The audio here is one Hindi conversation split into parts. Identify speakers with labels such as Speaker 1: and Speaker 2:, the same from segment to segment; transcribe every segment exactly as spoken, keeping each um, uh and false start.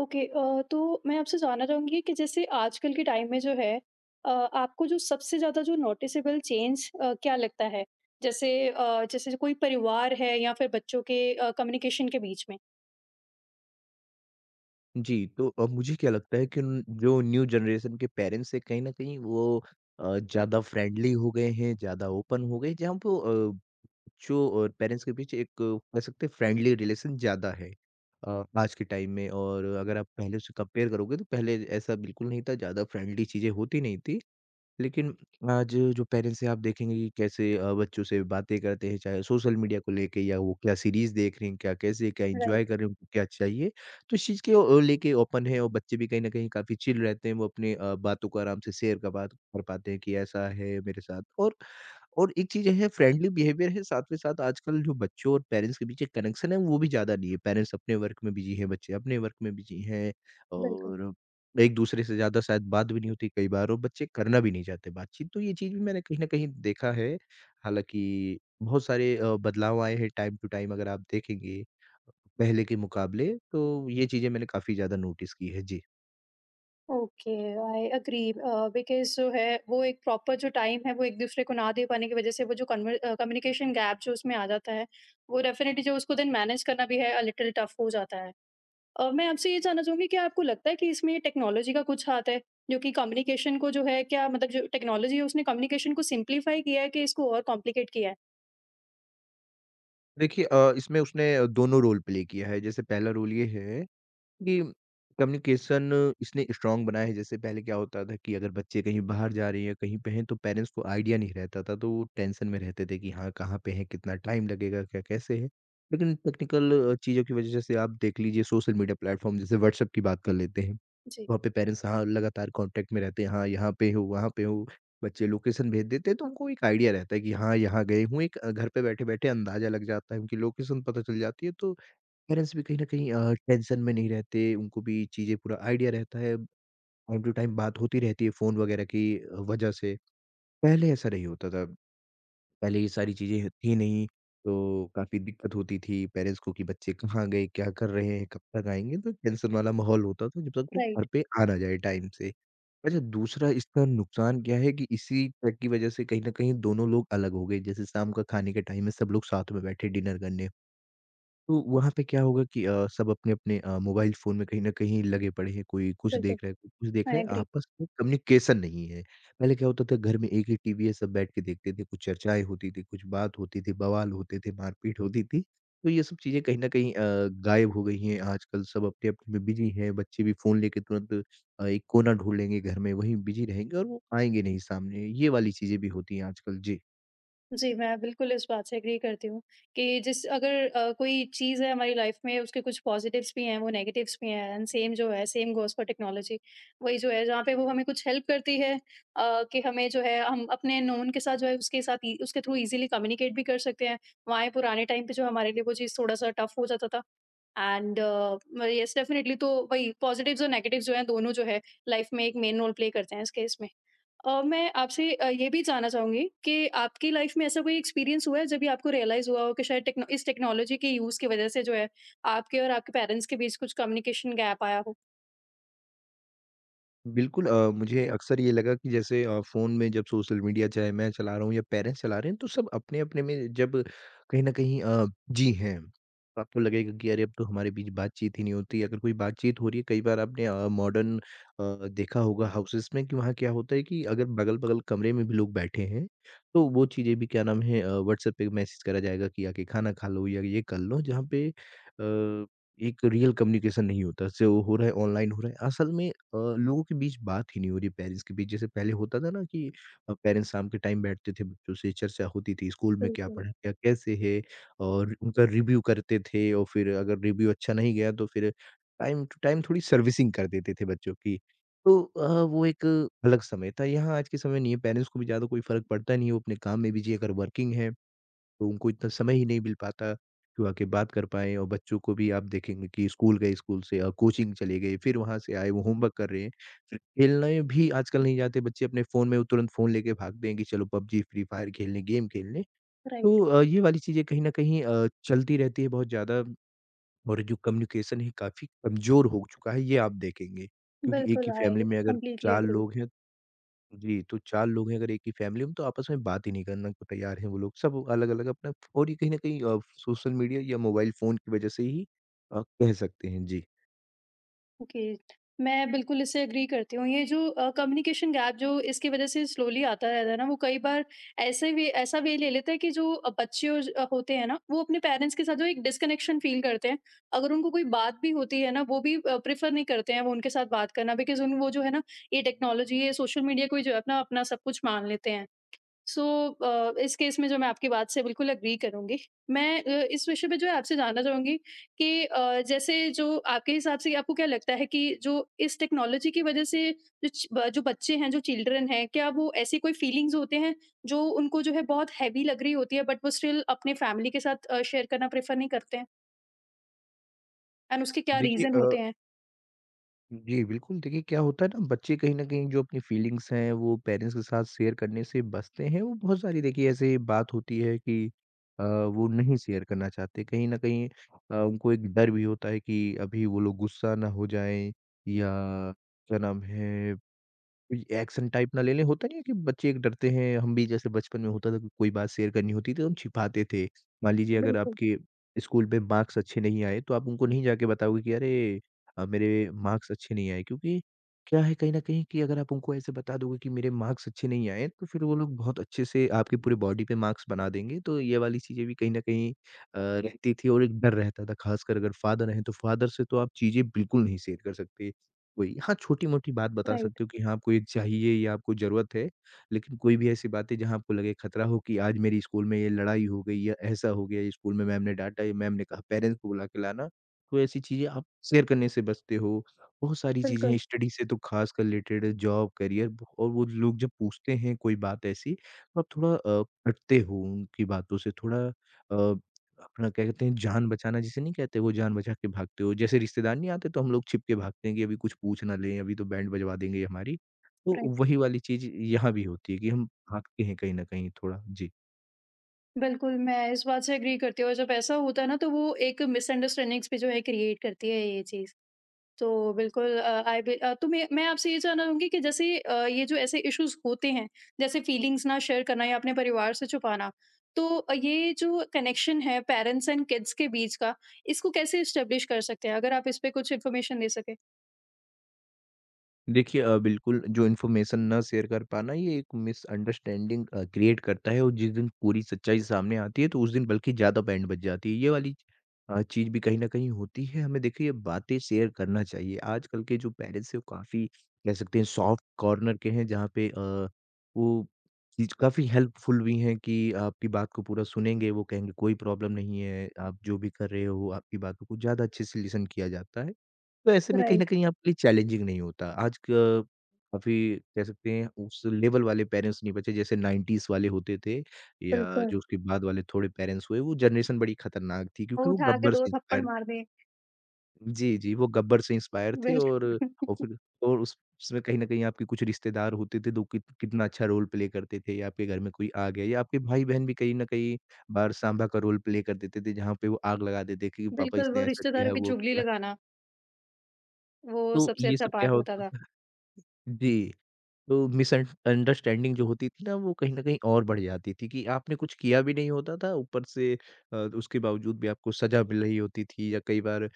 Speaker 1: ओके अ, तो मैं आपसे जानना चाहूँगी कि जैसे आजकल के टाइम में जो है अ, आपको जो सबसे ज़्यादा जो नोटिसेबल चेंज अ, क्या लगता है? जैसे अ, जैसे कोई परिवार है या फिर बच्चों के अ, कम्युनिकेशन के बीच में?
Speaker 2: जी, तो अ, मुझे क्या लगता है कि उन जो न्यू जनरेशन के पेरेंट्स हैं कहीं न कहीं वो अ, ज़्यादा फ्रेंडली हो गए हैं, ज़्यादा ओपन हो गए, जहाँ पे अ, बच्चों और पेरेंट्स के बीच एक, अ, कह सकते हैं, फ्रेंडली रिलेशन ज़्यादा है अ, आज के टाइम में। और अगर आप पहले से कंपेयर करोगे तो पहले ऐसा बिल्कुल नहीं था, ज़्यादा फ्रेंडली चीज़ें होती नहीं थी। लेकिन आज जो पेरेंट्स हैं, आप देखेंगे कि कैसे अ, बच्चों से बातें करते हैं, चाहे सोशल मीडिया को लेके, या वो क्या सीरीज़ देख रहे हैं, क्या कैसे, क्या एन्जॉय
Speaker 1: राइट।
Speaker 2: कर रहे हैं, उनको क्या चाहिए। तो इस चीज़ के अ, लेके ओपन है, और बच्चे भी कहीं न कहीं काफ़ी चिल रहते हैं। वो अपने अ, बातों को आराम से शेयर कर, बात कर पाते हैं कि ऐसा है मेरे साथ। और और एक चीज़ है, फ्रेंडली बिहेवियर है। साथ में साथ आजकल जो बच्चों और पेरेंट्स के बीच एक कनेक्शन है, वो भी ज़्यादा नहीं है। पेरेंट्स अपने वर्क में बिज़ी हैं, बच्चे अपने वर्क में बिज़ी हैं,
Speaker 1: बिल्कुल।
Speaker 2: और एक-दूसरे से ज़्यादा शायद बात भी नहीं होती कई बार, और बच्चे करना भी नहीं चाहते बातचीत। तो ये चीज़ भी मैंने कहीं न कहीं देखा है। हालाँकि बहुत सारे अ, बदलाव आए हैं, टाइम टू टाइम अगर आप देखेंगे पहले के मुकाबले, तो ये चीज़ें मैंने काफ़ी ज़्यादा नोटिस की है। जी।
Speaker 1: Okay. I agree uh, because जो है वो एक प्रॉपर जो टाइम है वो एक-दूसरे को ना दे पाने की वज़ह से वो जो कन्वर अ, कम्युनिकेशन गैप जो उसमें आ जाता है, वो डेफ़िनिटली जो उसको देन मैनेज करना भी है अ, लिटिल टफ़ हो जाता है। अ, मैं आपसे ये जानना चाहूँगी क्या आपको लगता है कि इसमें टेक्नोलॉजी का कुछ हाथ है? जो कि कम्युनिकेशन को जो है क्या मतलब जो टेक्नोलॉजी है उसने कम्युनिकेशन को सिम्प्लीफाई किया है कि इसको और कॉम्प्लिकेट किया है?
Speaker 2: देखिए, अ, इसमें उसने दोनों रोल प्ले किया है। जैसे पहला रोल ये है कि कम्युनिकेशन इसने स्ट्रांग बनाया है। जैसे पहले क्या होता था कि अगर बच्चे कहीं बाहर जा रहे हैं, कहीं पे हैं, तो पेरेंट्स को आइडिया नहीं रहता था, तो वो टेंशन में रहते थे कि हाँ, कहाँ पे हैं, कितना टाइम लगेगा, क्या कैसे है। लेकिन टेक्निकल अ, चीज़ों की वजह से, आप देख लीजिए, सोशल मीडिया प्लेटफ़ॉर्म जैसे व्हाट्सएप की बात कर लेते हैं।
Speaker 1: जी।
Speaker 2: वहाँ पे पेरेंट्स, हाँ, लगातार कॉन्टैक्ट में रहते हैं, हाँ, यहाँ पे हो, वहाँ पे हो। बच्चे लोकेशन भेज देते हैं, तो उनको एक आइडिया रहता है कि हाँ, यहाँ गए हूँ। एक, अ, घर पे बैठे-बैठे अंदाज़ा लग जाता है, उनकी लोकेशन पता चल जाती है। तो पेरेंट्स भी कहीं न कहीं अ, टेंशन में नहीं रहते, उनको भी चीज़ें, पूरा आइडिया रहता है, टाइम टू टाइम बात होती रहती है फ़ोन वगैरह की अ, वजह से। पहले ऐसा नहीं होता था, पहले ये सारी चीज़ें थी नहीं, तो काफ़ी दिक्कत होती थी पेरेंट्स को कि बच्चे कहाँ गए, क्या कर रहे हैं, कब तक आएँगे, तो टेंशन वाला माहौल होता था, जब तक वो घर
Speaker 1: राइट।
Speaker 2: पे आ ना जाए टाइम से। अच्छा, दूसरा इसका नुकसान क्या है कि इसी ट्रक की वजह से कहीं न कहीं दोनों लोग अलग हो गए। जैसे शाम का खाने के टाइम में सब लोग साथ में बैठे डिनर करने। तो वहाँ पे क्या होगा कि अ, सब अपने-अपने अ, मोबाइल फ़ोन में कहीं न कहीं लगे पड़े हैं, कोई कुछ
Speaker 1: बिल्कुल।
Speaker 2: देख रहा है, कोई कुछ देख
Speaker 1: आई
Speaker 2: रहा है,
Speaker 1: एग्री।
Speaker 2: आपस में कम्युनिकेशन नहीं है। पहले क्या होता था, घर में एक ही टीवी है, सब बैठ के देखते थे, कुछ चर्चाएँ होती थी, कुछ बात होती थी, बवाल होते थे, मारपीट होती थी। तो ये सब चीज़ें कहीं न कहीं अ, गायब हो गई हैं। आजकल सब अपने-अपने में बिज़ी हैं, बच्चे भी फ़ोन लेके तुरंत अ, एक कोना ढूँढ लेंगे घर में, वहीं बिज़ी रहेंगे, और वो आएँगे नहीं सामने, ये वाली चीज़ें भी होती हैं आजकल। जी।
Speaker 1: जी, मैं बिल्कुल इस बात से एग्री करती हूँ कि जिस अगर अ, कोई चीज़ है हमारी लाइफ में उसके कुछ पॉजिटिव्स भी हैं, वो नेगेटिव्स भी हैं एंड सेम जो है सेम गोज़ फॉर टेक्नोलॉजी। वही जो है जहाँ पे वो हमें कुछ हेल्प करती है अ, कि हमें जो है हम अपने नोन के साथ जो है उसके साथ इ उसके थ्रू ईज़िली कम्युनिकेट भी कर सकते हैं। वहीं पुराने टाइम पे जो हमारे लिए वो चीज़ थोड़ा-सा टफ़ हो जाता था एंड अ, म येस डेफ़िनेटली तो वही पॉजिटिव्स और नेगेटिव्स जो हैं दोनों जो है लाइफ़ में एक मेन रोल प्ले करते हैं इस केस में। अ, मैं आपसे अ, ये भी जानना चाहूँगी कि आपकी लाइफ में ऐसा कोई एक्सपीरियंस हुआ है जब भी आपको रियलाइज़ हुआ हो कि शायद टेक्नो इस टेक्नोलॉजी के यूज़ की वज़ह से जो है, आपके और आपके पेरेंट्स के बीच कुछ कम्युनिकेशन गैप आया हो?
Speaker 2: बिल्कुल, अ, मुझे अक्सर ये लगा कि जैसे अ, फ़ोन में जब सोशल मीडिया, चाहे मैं चला रहा हूँ या पेरेंट्स चला रहे हैं, तो सब अपने-अपने में जब कहीं न कहीं अ, बिज़ी हैं। तो आपको लगेगा कि अरे, अब तो हमारे बीच बातचीत ही नहीं होती। अगर कोई बातचीत हो रही है, कई बार आपने अ, मॉडर्न अ, देखा होगा हाउसेज़ में कि वहाँ क्या होता है कि अगर बगल-बगल कमरे में भी लोग बैठे हैं, तो वो चीज़ें भी, क्या नाम है, अ, व्हाट्सएप पे मैसेज करा जाएगा कि आके खाना खा लो या ये कर लो, जहाँ पे अ, एक रियल कम्युनिकेशन नहीं होता। जो हो रहा है ऑनलाइन हो रहा है। असल में अ, लोगों के बीच बात ही नहीं हो रही, पेरेंट्स के बीच। जैसे पहले होता था ना कि अ, पेरेंट्स शाम के टाइम बैठते थे, बच्चों से चर्चा होती थी, स्कूल में क्या
Speaker 1: बिल्कुल।
Speaker 2: पढ़ा, क्या, कैसे है? और उनका रिव्यू करते थे, और फिर अगर रिव्यू अच्छा नहीं गया, तो फिर टाइम टू टाइम थोड़ी सर्विसिंग कर देते थे बच्चों की। तो अ, वो एक अलग समय था, यहाँ आज के समय नहीं है। पेरेंट्स को भी ज़्यादा कोई फ़र्क पड़ता नहीं है, वो अपने काम में बिज़ी है, अगर वर्किंग है तो उनको इतना समय ही नहीं मिल पाता कि वो आके बात कर पाएँ। और बच्चों को भी आप देखेंगे कि स्कूल गए, स्कूल से अ, कोचिंग चले गए, फिर वहाँ से आए, वो होमवर्क कर रहे हैं। फिर खेलने भी आजकल नहीं जाते बच्चे, अपने फ़ोन में, वो तुरंत फ़ोन लेके भागते हैं कि चलो पबजी, फ्री फायर खेलने, गेम खेलने। तो
Speaker 1: राइट।
Speaker 2: अ, ये वाली चीज़ें कहीं न कहीं अ, चलती रहती है बहुत ज़्यादा, और जो कम्युनिकेशन है काफ़ी कमज़ोर हो चुका है, ये आप देखेंगे। क्योंकि एक
Speaker 1: बिल्कुल,
Speaker 2: ही
Speaker 1: आई
Speaker 2: फैमिली में अगर
Speaker 1: कंप्लीटली
Speaker 2: चार
Speaker 1: एग्री।
Speaker 2: लोग हैं। जी। तो चार लोग हैं अगर एक ही फ़ैमिली में, तो आपस में बात ही नहीं करने को तैयार हैं वो लोग। सब अलग-अलग अपना। और ये कहीं न कहीं अ, सोशल मीडिया या मोबाइल फ़ोन की वज़ह से ही अ, कह सकते हैं। जी।
Speaker 1: ओके। मैं बिल्कुल इससे एग्री करती हूँ। ये जो अ, कम्युनिकेशन गैप जो इसकी वज़ह से स्लोली आता रहता है ना, वो कई बार ऐसे वे ऐसा वे ले लेता है कि जो अ, बच्चे और ज अ, होते हैं ना, वो अपने पेरेंट्स के साथ जो एक डिस्कनेक्शन फ़ील करते हैं। अगर उनको कोई बात भी होती है ना, वो भी अ, प्रेफ़र नहीं करते हैं वो उनके साथ बात करना बिकॉज़ उन वो जो है ना, ये टेक्नोलॉज़ी, ये सोशल मीडिया को ही जो है अपना अपना सब कुछ मान लेते हैं। सो अ, इस केस में जो मैं आपकी बात से बिल्कुल एग्री करूँगी। मैं अ, इस विषय पे जो है आपसे जानना चाहूँगी कि अ, जैसे जो आपके हिसाब से आपको क्या लगता है कि जो इस टेक्नोलॉजी की वज़ह से जो च ब जो बच्चे हैं, जो चिल्ड्रन हैं, क्या वो ऐसी कोई फीलिंग्स होते हैं जो उनको जो है बहुत हैवी लग रही होती है बट वो स्टिल अपने फैमिली के साथ अ, शेयर करना प्रेफ़र नहीं करते हैं? एंड उसके क्या
Speaker 2: देखिए,
Speaker 1: रीज़न
Speaker 2: अ,
Speaker 1: होते हैं?
Speaker 2: जी बिल्कुल, देखिए क्या होता है ना, बच्चे कहीं न कहीं जो अपनी फ़ीलिंग्स हैं, वो पेरेंट्स के साथ शेयर करने से बचते हैं। वो बहुत सारी, देखिए, ऐसे बात होती है कि अ, वो नहीं शेयर करना चाहते। कहीं न कहीं अ, उनको एक डर भी होता है कि अभी वो लोग गुस्सा ना हो जाएँ, या क्या नाम है, कोई एक्शन टाइप ना ले लें। होता नहीं है कि बच्चे एक डरते हैं, हम भी जैसे बचपन में होता था कि कोई बात शेयर करनी होती थी, तो हम छिपाते थे। मान लीजिए अगर
Speaker 1: बिल्कुल।
Speaker 2: आपके स्कूल में मार्क्स अच्छे नहीं आए, तो आप उनको नहीं जाके बताओगे कि अरे, अ, मेरे मार्क्स अच्छे नहीं आए, क्योंकि क्या है कहीं न कहीं कि अगर आप उनको ऐसे बता दोगे कि मेरे मार्क्स अच्छे नहीं आए, तो फिर वो लोग बहुत अच्छे से आपके पूरे बॉडी पे मार्क्स बना देंगे। तो ये वाली चीज़ें भी कहीं न कहीं अ, रहती थी, और एक डर रहता था, खासकर अगर फादर हैं, तो फादर से तो आप चीज़ें बिल्कुल नहीं शेयर कर सकते। कोई, हाँ, छोटी-मोटी बात बता
Speaker 1: राइट।
Speaker 2: सकते हो कि हाँ, आपको ये चाहिए या आपको ज़रूरत है। लेकिन कोई भी ऐसी बात है जहाँ आपको लगे खतरा हो कि आज मेरी स्कूल में ये लड़ाई हो गई या ऐसा हो गया, ये स्कूल में मैम ने डाँटा, या मैम ने कहा पेरेंट्स को बुला के लाना। तो ऐसी चीज़ें आप शेयर करने से बचते हो। बहुत सारी चीज़ें हैं,
Speaker 1: बिल्कुल।
Speaker 2: स्टडी से तो ख़ासकर रिलेटेड, जॉब, करियर, और वो लोग जब पूछते हैं कोई बात ऐसी, तो आप थोड़ा अ, हटते हो उनकी बातों से, थोड़ा अ अपना क्या कहते हैं, जान बचाना जिसे नहीं कहते, वो जान बचा के भागते हो। जैसे रिश्तेदार नहीं आते तो हम लोग छिप के भागते हैं कि अभी कुछ पूछ ना लें, अभी तो बैंड बजवा देंगे हमारी। तो
Speaker 1: राइट।
Speaker 2: वही वाली चीज़ यहाँ भी होती है कि हम भागते हैं कहीं न कहीं थोड़ा। जी।
Speaker 1: बिल्कुल, मैं इस बात से एग्री करती हूँ और जब ऐसा होता है ना तो वो एक मिसअंडरस्टैंडिंग्स भी जो है क्रिएट करती है ये चीज़। तो बिल्कुल अ, आई बि अ, तो मैं मैं आपसे ये जानना चाहूँगी कि जैसे अ, ये जो ऐसे इश्यूज़ होते हैं, जैसे फीलिंग्स ना शेयर करना या अपने परिवार से छुपाना, तो अ, ये जो कनेक्शन है पेरेंट्स एंड किड्स के बीच का, इसको कैसे एस्टेब्लिश कर सकते हैं? अगर आप इस पे कुछ इन्फॉर्मेशन दे सकें।
Speaker 2: देखिए, अ, बिल्कुल, जो इन्फॉर्मेशन ना शेयर कर पाना, ये एक मिसअंडरस्टैंडिंग अ, क्रिएट करता है, और जिस दिन पूरी सच्चाई सामने आती है, तो उस दिन बल्कि ज़्यादा बैंड बज जाती है। ये वाली अ, चीज़ भी कहीं न कहीं होती है। हमें, देखिए, ये बातें शेयर करना चाहिए। आजकल के जो पेरेंट्स हैं, वो काफ़ी, कह सकते हैं, सॉफ्ट कॉर्नर के हैं, जहाँ पे अ, वो चीज़ काफ़ी हेल्पफुल भी हैं कि आपकी बात को पूरा सुनेंगे। वो कहेंगे कोई प्रॉब्लम नहीं है, आप जो भी कर रहे हो आपकी बात को कुछ ज़्यादा अच्छे से लिसन किया जाता है। तो ऐसे में कहीं न
Speaker 1: राइट।
Speaker 2: कहीं आपके लिए चैलेंजिंग नहीं होता। आज क काफ़ी, कह सकते हैं, उस लेवल वाले पेरेंट्स नहीं बचे जैसे नाइंटीज़ वाले होते थे, या
Speaker 1: बिल्कुल।
Speaker 2: जो उसके बाद वाले थोड़े पेरेंट्स हुए, वो जनरेशन बड़ी खतरनाक थी,
Speaker 1: वो
Speaker 2: क्योंकि वो
Speaker 1: उठा के
Speaker 2: गब्बर
Speaker 1: दो
Speaker 2: से
Speaker 1: थप्पड़
Speaker 2: इंस्पायर थे।
Speaker 1: मार दें।
Speaker 2: जी, जी, वो गब्बर से इंस्पायर थे। और
Speaker 1: बिल्कुल।
Speaker 2: और फिर, और उस उसमें कहीं न कहीं आपके कुछ रिश्तेदार होते थे, तो कित कितना अच्छा रोल प्ले करते थे, या आपके घर में कोई आ गया, या आपके भाई-बहन भी कहीं न कहीं बार सांभा का रोल प्ले कर देते थे, जहाँ पे वो आग लगा देते कि पापा
Speaker 1: बिल्कुल,
Speaker 2: इसने
Speaker 1: वो
Speaker 2: ऐसा किया है,
Speaker 1: रिश्तेदारों की
Speaker 2: वो
Speaker 1: चुगली
Speaker 2: किया।
Speaker 1: लगाना, वो
Speaker 2: तो
Speaker 1: सबसे
Speaker 2: ये
Speaker 1: अच्छा
Speaker 2: सब क्या
Speaker 1: पार्ट होता
Speaker 2: होता
Speaker 1: था।
Speaker 2: था। जी। तो मिसअंडरस्टैंडिंग जो होती थी ना, वो कहीं न कहीं और बढ़ जाती थी कि आपने कुछ किया भी नहीं होता था ऊपर से अ, उसके बावजूद भी आपको सज़ा मिल रही होती थी या कई बार अ,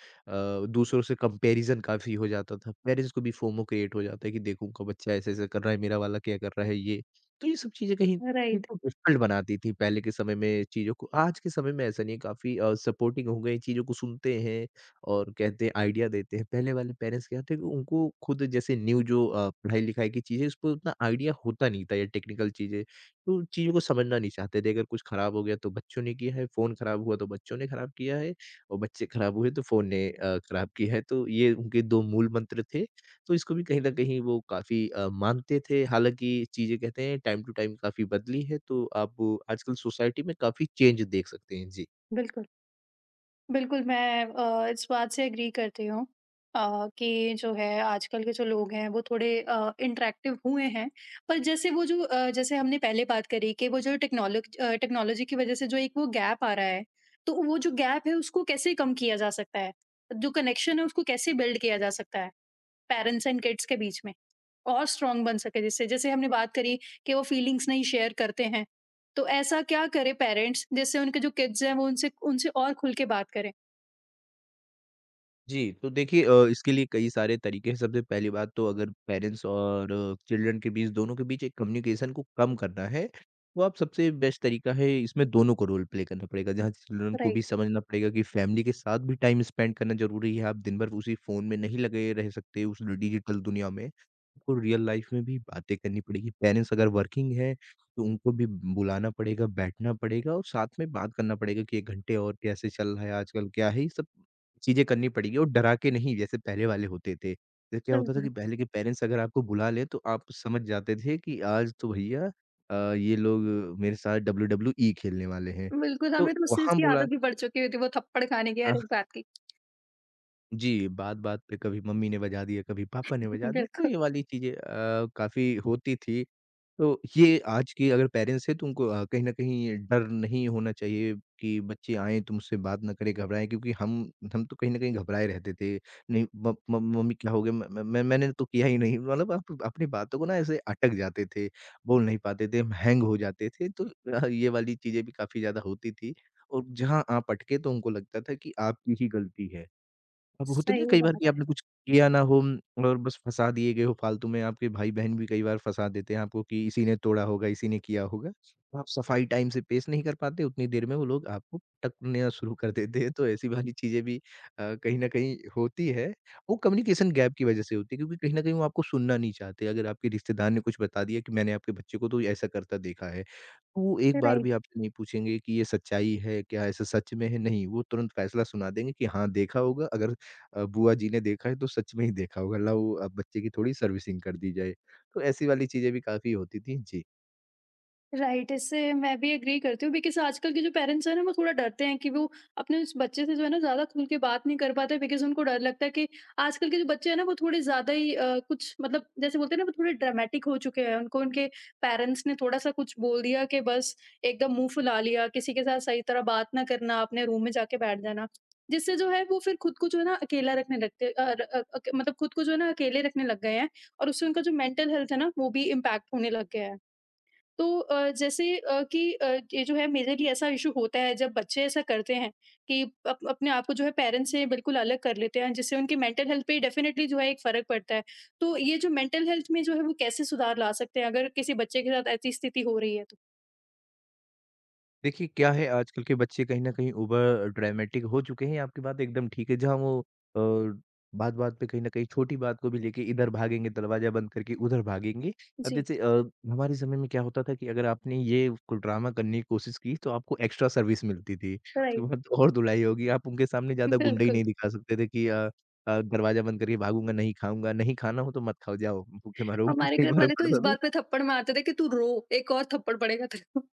Speaker 2: दूसरों से कंपैरिज़न काफ़ी हो जाता था। पेरेंट्स को भी फोमो क्रिएट हो जाता है कि देखो उनका बच्चा ऐसे-ऐसे कर रहा है, मेरा वाला क्या कर रहा है ये। तो ये सब चीज़ें कहीं
Speaker 1: राइट।
Speaker 2: इनको डिफ़िकल्ट बनाती थी पहले के समय में चीज़ों को। आज के समय में ऐसा नहीं है काफ़ी अ, सपोर्टिंग हो गए, चीज़ों को सुनते हैं। और कहते हैं आइडिया देते हैं। पहले वाले पेरेंट्स क्या थे कि उनको खुद जैसे न्यू जो अ, पढ़ाई-लिखाई की चीज़ें उस पे उतना आइडिया होता नहीं था या टेक्निकल चीज़ें, तो उन चीज़ों को समझना नहीं चाहते थे। अगर कुछ खराब हो गया तो बच्चों ने किया है, फ़ोन खराब हुआ तो बच्चों ने खराब किया है और बच्चे खराब हुए तो फ़ोन ने अ, खराब किया है। तो ये उनके दो मूल मंत्र थे, तो इसको भी कहीं न कहीं वो काफ़ी अ, मानते थे। हालाँकि चीज़ें कहते हैं टाइम टू टाइम काफ़ी बदली है, तो आप आजकल सोसाइटी में काफ़ी चेंज देख सकते हैं। जी।
Speaker 1: बिल्कुल। बिल्कुल, मैं अ, इस बात से एग्री करती हूँ अ, कि जो है आजकल के जो लोग हैं वो थोड़े अ, इंटरैक्टिव हुए हैं। पर जैसे वो जो अ, जैसे हमने पहले बात करी कि वो जो टेक्नोलॉज अ, टेक्नोलॉजी की वज़ह से जो एक वो गैप आ रहा है, तो वो जो गैप है उसको कैसे कम किया जा सकता है? जो कनेक्शन है उसको कैसे बिल्ड किया जा सकता है पेरेंट्स एंड किड्स के बीच में? और स्ट्रॉन्ग बन सके जिससे जैसे हमने बात करी कि वो फीलिंग्स नहीं शेयर करते हैं, तो ऐसा क्या करें पेरेंट्स जिससे उनके जो किड्स हैं वो उनसे उनसे और खुल के बात करें?
Speaker 2: जी, तो देखिए अ, इसके लिए कई सारे तरीके हैं। सबसे पहली बात तो अगर पेरेंट्स और चिल्ड्रन के बीच दोनों के बीच एक कम्युनिकेशन को कम करना है, तो आप सबसे बेस्ट तरीका है इसमें दोनों को रोल प्ले करना पड़ेगा। जहाँ चिल्ड्रन को भी
Speaker 1: राइट।
Speaker 2: समझना पड़ेगा कि फ़ैमिली के साथ भी टाइम स्पेंड करना ज़रूरी है। आप दिन भर उसी फ़ोन में नहीं लगे रह सकते, उस डिजिटल दुनिया में। आपको रियल लाइफ़ में भी बातें करनी पड़ेगी। पेरेंट्स अगर वर्किंग हैं, तो उनको भी बुलाना पड़ेगा, बैठना पड़ेगा और साथ में बात करना पड़ेगा कि एक घंटे और कैसे चल रहा है आजकल, क्या है? ये सब चीज़ें करनी पड़ेगी और डरा के नहीं जैसे पहले वाले होते थे। तो क्या होता था कि
Speaker 1: बिल्कुल।
Speaker 2: पहले के पेरेंट्स अगर आपको बुला लें तो आप समझ जाते थे कि आज तो भैया अ, ये लोग मेरे साथ डब्ल्यूडब्ल्यूई खेलने वाले हैं।
Speaker 1: बिल्कुल,
Speaker 2: तो
Speaker 1: हमें तो उस चीज़
Speaker 2: वहाँ
Speaker 1: की
Speaker 2: बुला
Speaker 1: आदत भी पड़ चुकी होती है, वो थप्पड़ खाने की
Speaker 2: अ,
Speaker 1: हर एक बात की।
Speaker 2: जी, बात-बात पे कभी मम्मी ने बजा दिया, कभी पापा ने बजा दिया, तो
Speaker 1: बिल्कुल,
Speaker 2: ये वाली चीज़ें अ, काफ़ी होती थी। तो ये आज के अगर पेरेंट्स हैं तो उनको अ, कहीं न कहीं डर नहीं होना चाहिए कि बच्चे आएँ तो मुझसे बात ना करें, घबराएँ क्योंकि हम हम तो कहीं न कहीं घबराए रहते थे। नहीं म म मम्मी क्या हो गया? म म मैं मैंने तो किया ही नहीं मतलब आप अपनी बातों को ना ऐसे अटक जाते थे, बोल नहीं पाते थे, हम हैंग हो जाते थे तो अ, ये वाली चीज़ें भी काफ़ी ज़्यादा होती थी और जहाँ आप अटके तो उनको लगता था कि आपकी ही गलती है। अब होता नहीं है
Speaker 1: सही
Speaker 2: कई बार कि
Speaker 1: बात है।
Speaker 2: आपने कुछ किया ना हो म, और बस फँसा दिए गए हो फालतू में, आपके भाई-बहन भी कई बार फँसा देते हैं आपको कि इसी ने तोड़ा होगा, इसी ने किया होगा। तो आप सफाई टाइम से पेश नहीं कर पाते, उतनी देर में वो लोग आपको पटकना शुरू कर देते हैं। तो ऐसी वाली चीज़ें भी अ, कहीं न कहीं होती है। वो कम्युनिकेशन गैप की वज़ह से होती है क्योंकि कहीं न कहीं वो आपको सुनना नहीं चाहते। अगर आपके रिश्तेदार ने कुछ बता दिया कि मैंने आपके बच्चे को तो ऐसा करता देखा है। वो एक बार
Speaker 1: राइट।
Speaker 2: भी आपसे नहीं पूछेंगे कि ये सच्चाई है क्या, ऐसा सच में है? नहीं, वो तुरंत फैसला सुना देंगे कि हाँ, देखा होगा अगर अ, बुआ जी ने देखा है तो सच में ही देखा होगा, लाओ अब बच्चे की थोड़ी सर्विसिंग कर दी जाए। तो ऐसी वाली चीज़ें भी काफ़ी होती थी। जी।
Speaker 1: राइट, इससे मैं भी एग्री करती हूँ बिकॉज़ आजकल के जो पेरेंट्स हैं ना वो थोड़ा डरते हैं कि वो अपने उस बच्चे से जो है ना ज़्यादा खुल के बात नहीं कर पाते बिकॉज़ उनको डर लगता है कि आजकल के जो बच्चे हैं ना वो थोड़े ज़्यादा ही अ, कुछ मतलब जैसे बोलते हैं ना वो थोड़े ड्रामेटिक हो चुके हैं। उनको उनके पेरेंट्स ने थोड़ा-सा कुछ बोल दिया कि बस एकदम मुँह फुला लिया, किसी के साथ सही तरह बात ना करना, अपने रूम में जाके बैठ जाना। जिससे जो है वो फिर खुद को जो है ना अकेला रखने लगते अ, र अ, अक मतलब खुद को जो है ना अकेले रखने लग गए हैं और उससे उनका जो मेंटल हेल्थ है ना वो भी इम्पैक्ट होने लग गया है। तो अ, जैसे अ, कि अ, ये जो है मेरे लिए ऐसा इशू होता है जब बच्चे ऐसा करते हैं कि अप, अपने आप को जो है पेरेंट्स से बिल्कुल अलग कर लेते हैं जिससे उनकी मेंटल हेल्थ पे डेफिनेटली जो है एक फर्क पड़ता है तो ये जो मेंटल हेल्थ में जो है वो कैसे सुधार ला सकते हैं अगर किसी बच्चे के साथ ऐसी स्थिति हो रही है तो।
Speaker 2: देखिए, क्या है आजकल के बच्चे कहीं न कहीं ओवर ड्रामेटिक हो चुके हैं, आपकी बात एकदम ठीक है, जहाँ वो अ, बात-बात पे कहीं न कहीं छोटी बात को भी लेके इधर भागेंगे, दरवाज़ा बंद करके उधर भागेंगे। अब
Speaker 1: जी।
Speaker 2: जैसे अ, हमारे समय में क्या होता था कि अगर आपने ये कोई ड्रामा करने की कोशिश की, तो आपको एक्स्ट्रा सर्विस मिलती थी। उसके
Speaker 1: राइट।
Speaker 2: बाद तो और धुलाई होगी, आप उनके सामने ज़्यादा गुंडई
Speaker 1: बिल्कुल।
Speaker 2: नहीं दिखा सकते थे कि अ अ, दरवाज़ा बंद करके भागूँगा, नहीं खाऊँगा, नहीं खाना हो तो मत खाओ, जाओ भूखे मरो। उनको
Speaker 1: हमारे
Speaker 2: सही
Speaker 1: घर
Speaker 2: फर्क
Speaker 1: वाले तो इस
Speaker 2: पड़ता था।
Speaker 1: बात पे थप्पड़ मारते थे कि तू रो एक और थप्पड़ पड़ेगा तेरे को।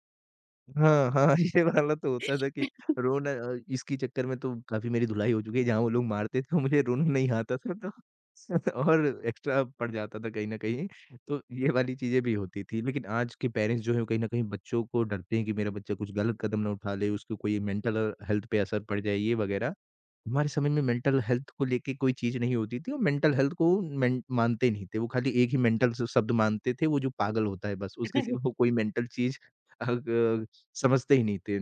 Speaker 2: हाँ, हाँ, ये वाला तो होता था कि रोना अ, इसके चक्कर में तो काफ़ी मेरी धुलाई हो चुकी है, जहाँ वो लोग मारते थे, मुझे रोना नहीं आता था तो और एक्स्ट्रा पड़ जाता था कहीं न कहीं, तो ये वाली चीज़ें भी होती थी। लेकिन आज के पेरेंट्स जो हैं, वो कहीं न कहीं बच्चों को डरते हैं कि मेरा बच्चा कुछ गलत कदम ना उठा ले, उसको कोई मेंटल हेल्थ पे असर पड़ जाए, ये वगैरह। हमारे समय में मेंटल हेल्थ को लेके कोई चीज़ नहीं होती थी और मेंटल हेल्थ को मेन मानते नहीं थे। वो खाली एक ही मेंटल स शब्द मानते थे, वो जो पागल होता है बस, उसके सिवा वो कोई मेंटल चीज़ अ, ग समझते ही नहीं थे।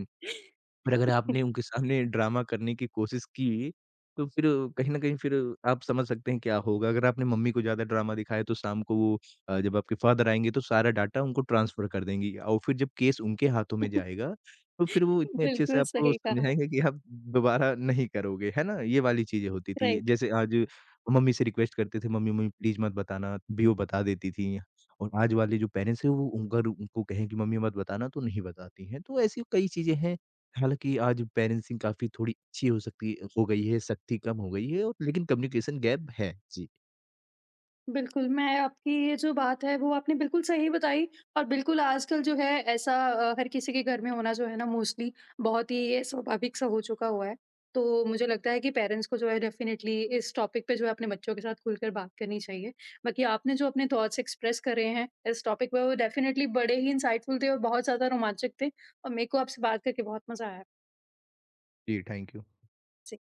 Speaker 2: पर अगर आपने उनके सामने ड्रामा करने की कोशिश की, तो फिर कहीं न कहीं फिर आप समझ सकते हैं क्या होगा। अगर आपने मम्मी को ज़्यादा ड्रामा दिखाया तो शाम को वो अ, जब आपके फादर आएँगे तो सारा डाटा उनको ट्रांसफ़र कर देंगी और फिर जब केस उनके हाथों में जाएगा, तो फिर वो इतने अच्छे से
Speaker 1: बिल्कुल
Speaker 2: आपको
Speaker 1: सही कहा।
Speaker 2: समझाएँगे कि आप दोबारा नहीं करोगे, है ना? ये वाली चीज़ें होती थी।
Speaker 1: राइट।
Speaker 2: जैसे आज मम्मी से रिक्वेस्ट करते थे, "मम्मी मम्मी प्लीज़ मत बताना," भी वो बता देती थीं। और आज वाले जो पेरेंट्स हैं वो अगर उनको कहें कि मम्मी मत बताना तो नहीं बताती हैं। तो ऐसी कई चीज़ें हैं। हालाँकि आज पेरेंसिंग काफ़ी थोड़ी अच्छी हो सकती हो गई है, सख्ती कम हो गई है और लेकिन कम्युनिकेशन गैप है। जी।
Speaker 1: बिल्कुल, मैं आपकी ये जो बात है वो आपने बिल्कुल सही बताई और बिल्कुल आजकल जो है ऐसा अ, हर किसी के घर में होना जो है ना मोस्टली बहुत ही ये स्वाभाविक सा हो चुका हुआ है। तो मुझे लगता है कि पेरेंट्स को जो है डेफ़िनिटली इस टॉपिक पे जो है अपने बच्चों के साथ खुलकर बात करनी चाहिए। बाकी आपने जो अपने थॉट्स एक्सप्रेस करे हैं इस टॉपिक पे वो डेफ़िनिटली बड़े ही इंसाइटफुल थे और बहुत ज़्यादा रोमांचक थे और मेरे को आपसे बात करके बहुत मज़ा आया।
Speaker 2: जी, थैंक यू।
Speaker 1: जी।